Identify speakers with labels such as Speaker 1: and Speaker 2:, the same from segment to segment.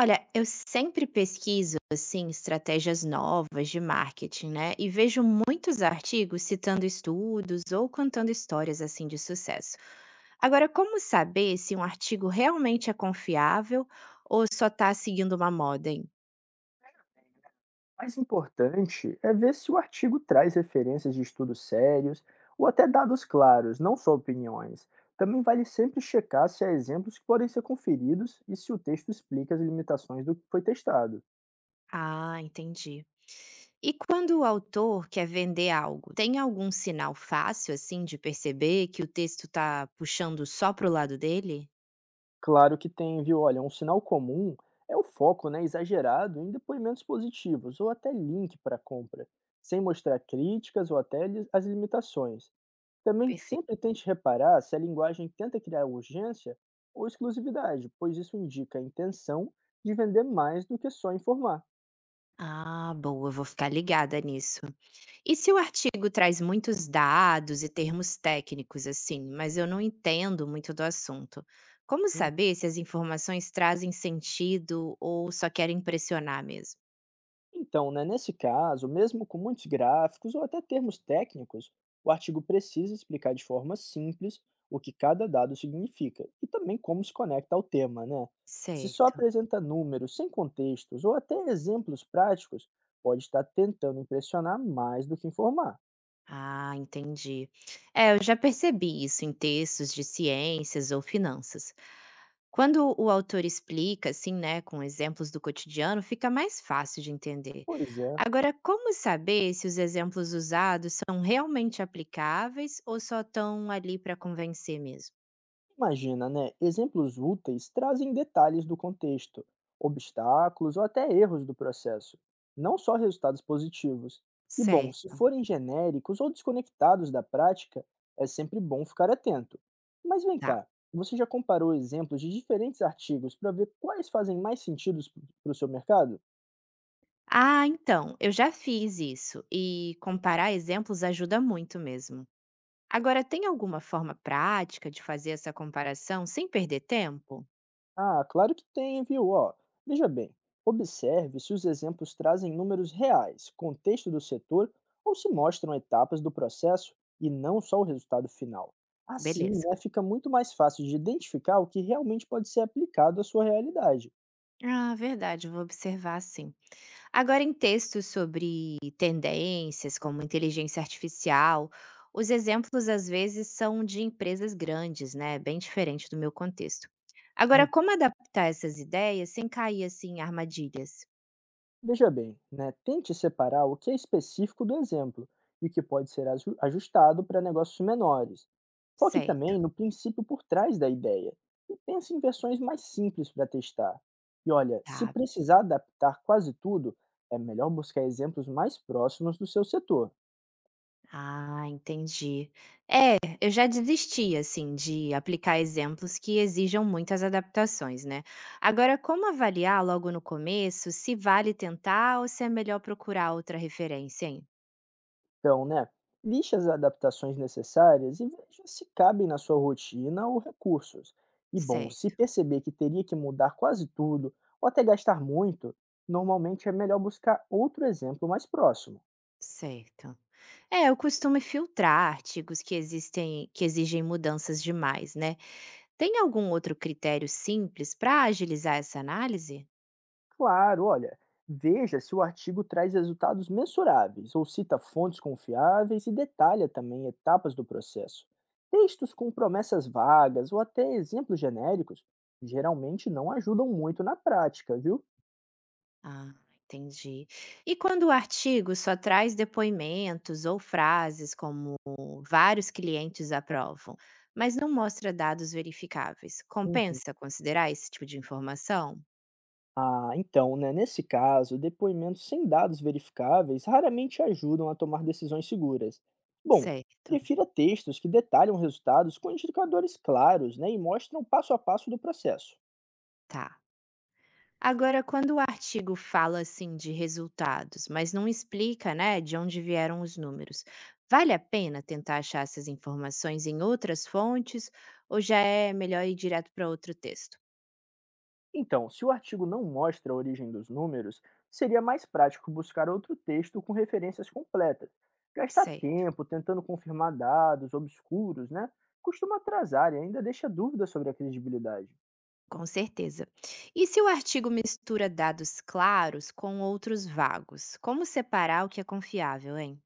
Speaker 1: Olha, eu sempre pesquiso, assim, estratégias novas de marketing, né? E vejo muitos artigos citando estudos ou contando histórias, assim, de sucesso. Agora, como saber se um artigo realmente é confiável ou só está seguindo uma moda, hein?
Speaker 2: O mais importante é ver se o artigo traz referências de estudos sérios ou até dados claros, não só opiniões. Também vale sempre checar se há exemplos que podem ser conferidos e se o texto explica as limitações do que foi testado.
Speaker 1: Ah, entendi. E quando o autor quer vender algo, tem algum sinal fácil, assim, de perceber que o texto está puxando só para o lado dele?
Speaker 2: Claro que tem, viu? Olha, um sinal comum é o foco né, exagerado em depoimentos positivos ou até link para compra, sem mostrar críticas ou até as limitações. Também
Speaker 1: Perfeito.
Speaker 2: sempre tente reparar se a linguagem tenta criar urgência ou exclusividade, pois isso indica a intenção de vender mais do que só informar.
Speaker 1: Ah, boa, vou ficar ligada nisso. E se o artigo traz muitos dados e termos técnicos, assim, mas eu não entendo muito do assunto? Como
Speaker 2: Hum,
Speaker 1: saber se as informações trazem sentido ou só querem impressionar mesmo?
Speaker 2: Então, né, nesse caso, mesmo com muitos gráficos ou até termos técnicos, o artigo precisa explicar de forma simples o que cada dado significa e também como se conecta ao tema, né? Se só
Speaker 1: Certo.
Speaker 2: apresenta números sem contextos ou até exemplos práticos, pode estar tentando impressionar mais do que informar.
Speaker 1: Ah, entendi. É, eu já percebi isso em textos de ciências ou finanças. Quando o autor explica, assim, né, com exemplos do cotidiano, fica mais fácil de entender.
Speaker 2: Pois é.
Speaker 1: Agora, como saber se os exemplos usados são realmente aplicáveis ou só estão ali para convencer mesmo?
Speaker 2: Imagina, né? Exemplos úteis trazem detalhes do contexto, obstáculos ou até erros do processo, não só resultados positivos. E bom, se
Speaker 1: Certo,
Speaker 2: forem genéricos ou desconectados da prática, é sempre bom ficar atento. Mas vem
Speaker 1: tá.
Speaker 2: cá, você já comparou exemplos de diferentes artigos para ver quais fazem mais sentido para o seu mercado?
Speaker 1: Ah, então, eu já fiz isso e comparar exemplos ajuda muito mesmo. Agora, tem alguma forma prática de fazer essa comparação sem perder tempo?
Speaker 2: Ah, claro que tem, viu? Ó, veja bem, observe se os exemplos trazem números reais, contexto do setor ou se mostram etapas do processo e não só o resultado final. Assim,
Speaker 1: Beleza.
Speaker 2: né, fica muito mais fácil de identificar o que realmente pode ser aplicado à sua realidade.
Speaker 1: Ah, verdade, vou observar sim. Agora, em textos sobre tendências, como inteligência artificial, os exemplos às vezes são de empresas grandes, né? Bem diferente do meu contexto. Agora, como adaptar essas ideias sem cair assim em armadilhas?
Speaker 2: Veja bem, né, tente separar o que é específico do exemplo e o que pode ser ajustado para negócios menores. Foque
Speaker 1: Certo,
Speaker 2: também no princípio por trás da ideia e pense em versões mais simples para testar. E olha, se
Speaker 1: tá.
Speaker 2: precisar adaptar quase tudo, é melhor buscar exemplos mais próximos do seu setor.
Speaker 1: Ah, entendi. É, eu já desisti, assim, de aplicar exemplos que exijam muitas adaptações, né. Agora, como avaliar logo no começo se vale tentar ou se é melhor procurar outra referência, hein?
Speaker 2: Então, né, liste as adaptações necessárias e veja se cabem na sua rotina ou recursos. E bom, se
Speaker 1: Certo,
Speaker 2: perceber que teria que mudar quase tudo ou até gastar muito, normalmente é melhor buscar outro exemplo mais próximo.
Speaker 1: certo. É, eu costumo filtrar artigos que existem que exigem mudanças demais, né. Tem algum outro critério simples para agilizar essa análise?
Speaker 2: Claro, olha, veja se o artigo traz resultados mensuráveis ou cita fontes confiáveis e detalha também etapas do processo. Textos com promessas vagas ou até exemplos genéricos geralmente não ajudam muito na prática, viu?
Speaker 1: Ah, entendi. E quando o artigo só traz depoimentos ou frases como vários clientes aprovam, mas não mostra dados verificáveis, compensa considerar esse tipo de informação?
Speaker 2: Ah, então, né, nesse caso, depoimentos sem dados verificáveis raramente ajudam a tomar decisões seguras. Bom,
Speaker 1: Certo,
Speaker 2: prefira textos que detalham resultados com indicadores claros né, e mostram o passo a passo do processo.
Speaker 1: tá. Agora, quando o artigo fala assim de resultados, mas não explica, né, de onde vieram os números, vale a pena tentar achar essas informações em outras fontes ou já é melhor ir direto para outro texto?
Speaker 2: Então, se o artigo não mostra a origem dos números, seria mais prático buscar outro texto com referências completas. Gastar
Speaker 1: Certo.
Speaker 2: tempo tentando confirmar dados obscuros né, costuma atrasar e ainda deixa dúvidas sobre a credibilidade.
Speaker 1: Com certeza. E se o artigo mistura dados claros com outros vagos? Como separar o que é confiável, hein?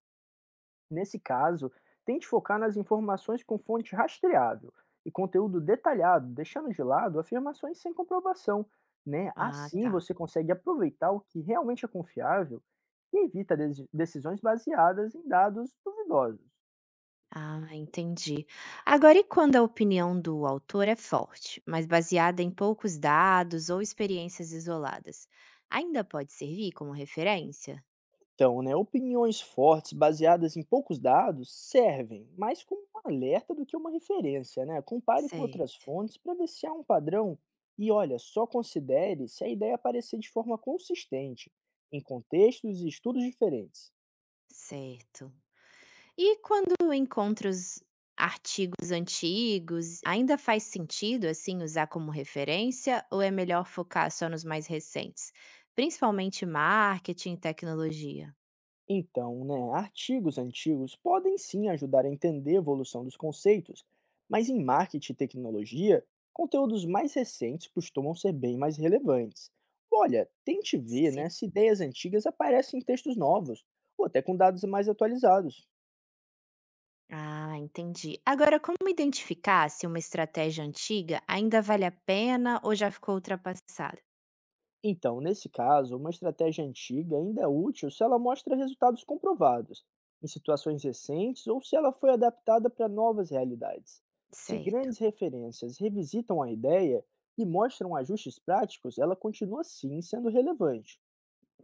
Speaker 2: Nesse caso, tente focar nas informações com fonte rastreável e conteúdo detalhado, deixando de lado afirmações sem comprovação. Né?
Speaker 1: Ah,
Speaker 2: Assim
Speaker 1: tá.
Speaker 2: você consegue aproveitar o que realmente é confiável e evita decisões baseadas em dados duvidosos.
Speaker 1: Ah, entendi. Agora, e quando a opinião do autor é forte, mas baseada em poucos dados ou experiências isoladas? Ainda pode servir como referência?
Speaker 2: Então, né, opiniões fortes baseadas em poucos dados servem mais como um alerta do que uma referência, né? Compare com
Speaker 1: Sei,
Speaker 2: outras fontes para ver se há um padrão e olha, só considere se a ideia aparecer de forma consistente em contextos e estudos diferentes.
Speaker 1: certo. E quando encontra os artigos antigos, ainda faz sentido assim usar como referência ou é melhor focar só nos mais recentes? Principalmente marketing e tecnologia.
Speaker 2: Então, né, artigos antigos podem sim ajudar a entender a evolução dos conceitos, mas em marketing e tecnologia, conteúdos mais recentes costumam ser bem mais relevantes. Olha, tente ver
Speaker 1: Sim.
Speaker 2: né, se ideias antigas aparecem em textos novos, ou até com dados mais atualizados.
Speaker 1: Ah, entendi. Agora, como identificar se uma estratégia antiga ainda vale a pena ou já ficou ultrapassada?
Speaker 2: Então, nesse caso, uma estratégia antiga ainda é útil se ela mostra resultados comprovados, em situações recentes ou se ela foi adaptada para novas realidades. Se
Speaker 1: Certo,
Speaker 2: grandes referências revisitam a ideia e mostram ajustes práticos, ela continua sim sendo relevante.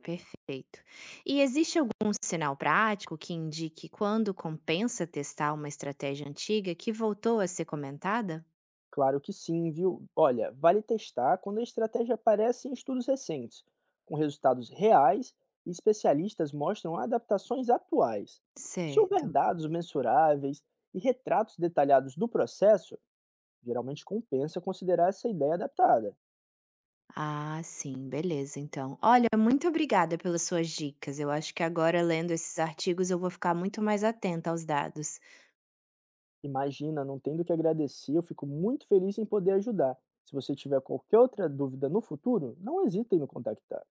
Speaker 1: perfeito. E existe algum sinal prático que indique quando compensa testar uma estratégia antiga que voltou a ser comentada?
Speaker 2: Claro que sim, viu? Olha, vale testar quando a estratégia aparece em estudos recentes, com resultados reais e especialistas mostram adaptações atuais. Se houver
Speaker 1: Certo.
Speaker 2: dados mensuráveis e retratos detalhados do processo, geralmente compensa considerar essa ideia adaptada.
Speaker 1: Ah, sim, beleza, então. Olha, muito obrigada pelas suas dicas. Eu acho que agora, lendo esses artigos, eu vou ficar muito mais atenta aos dados.
Speaker 2: Imagina, não tendo que agradecer, eu fico muito feliz em poder ajudar. Se você tiver qualquer outra dúvida no futuro, não hesite em me contactar.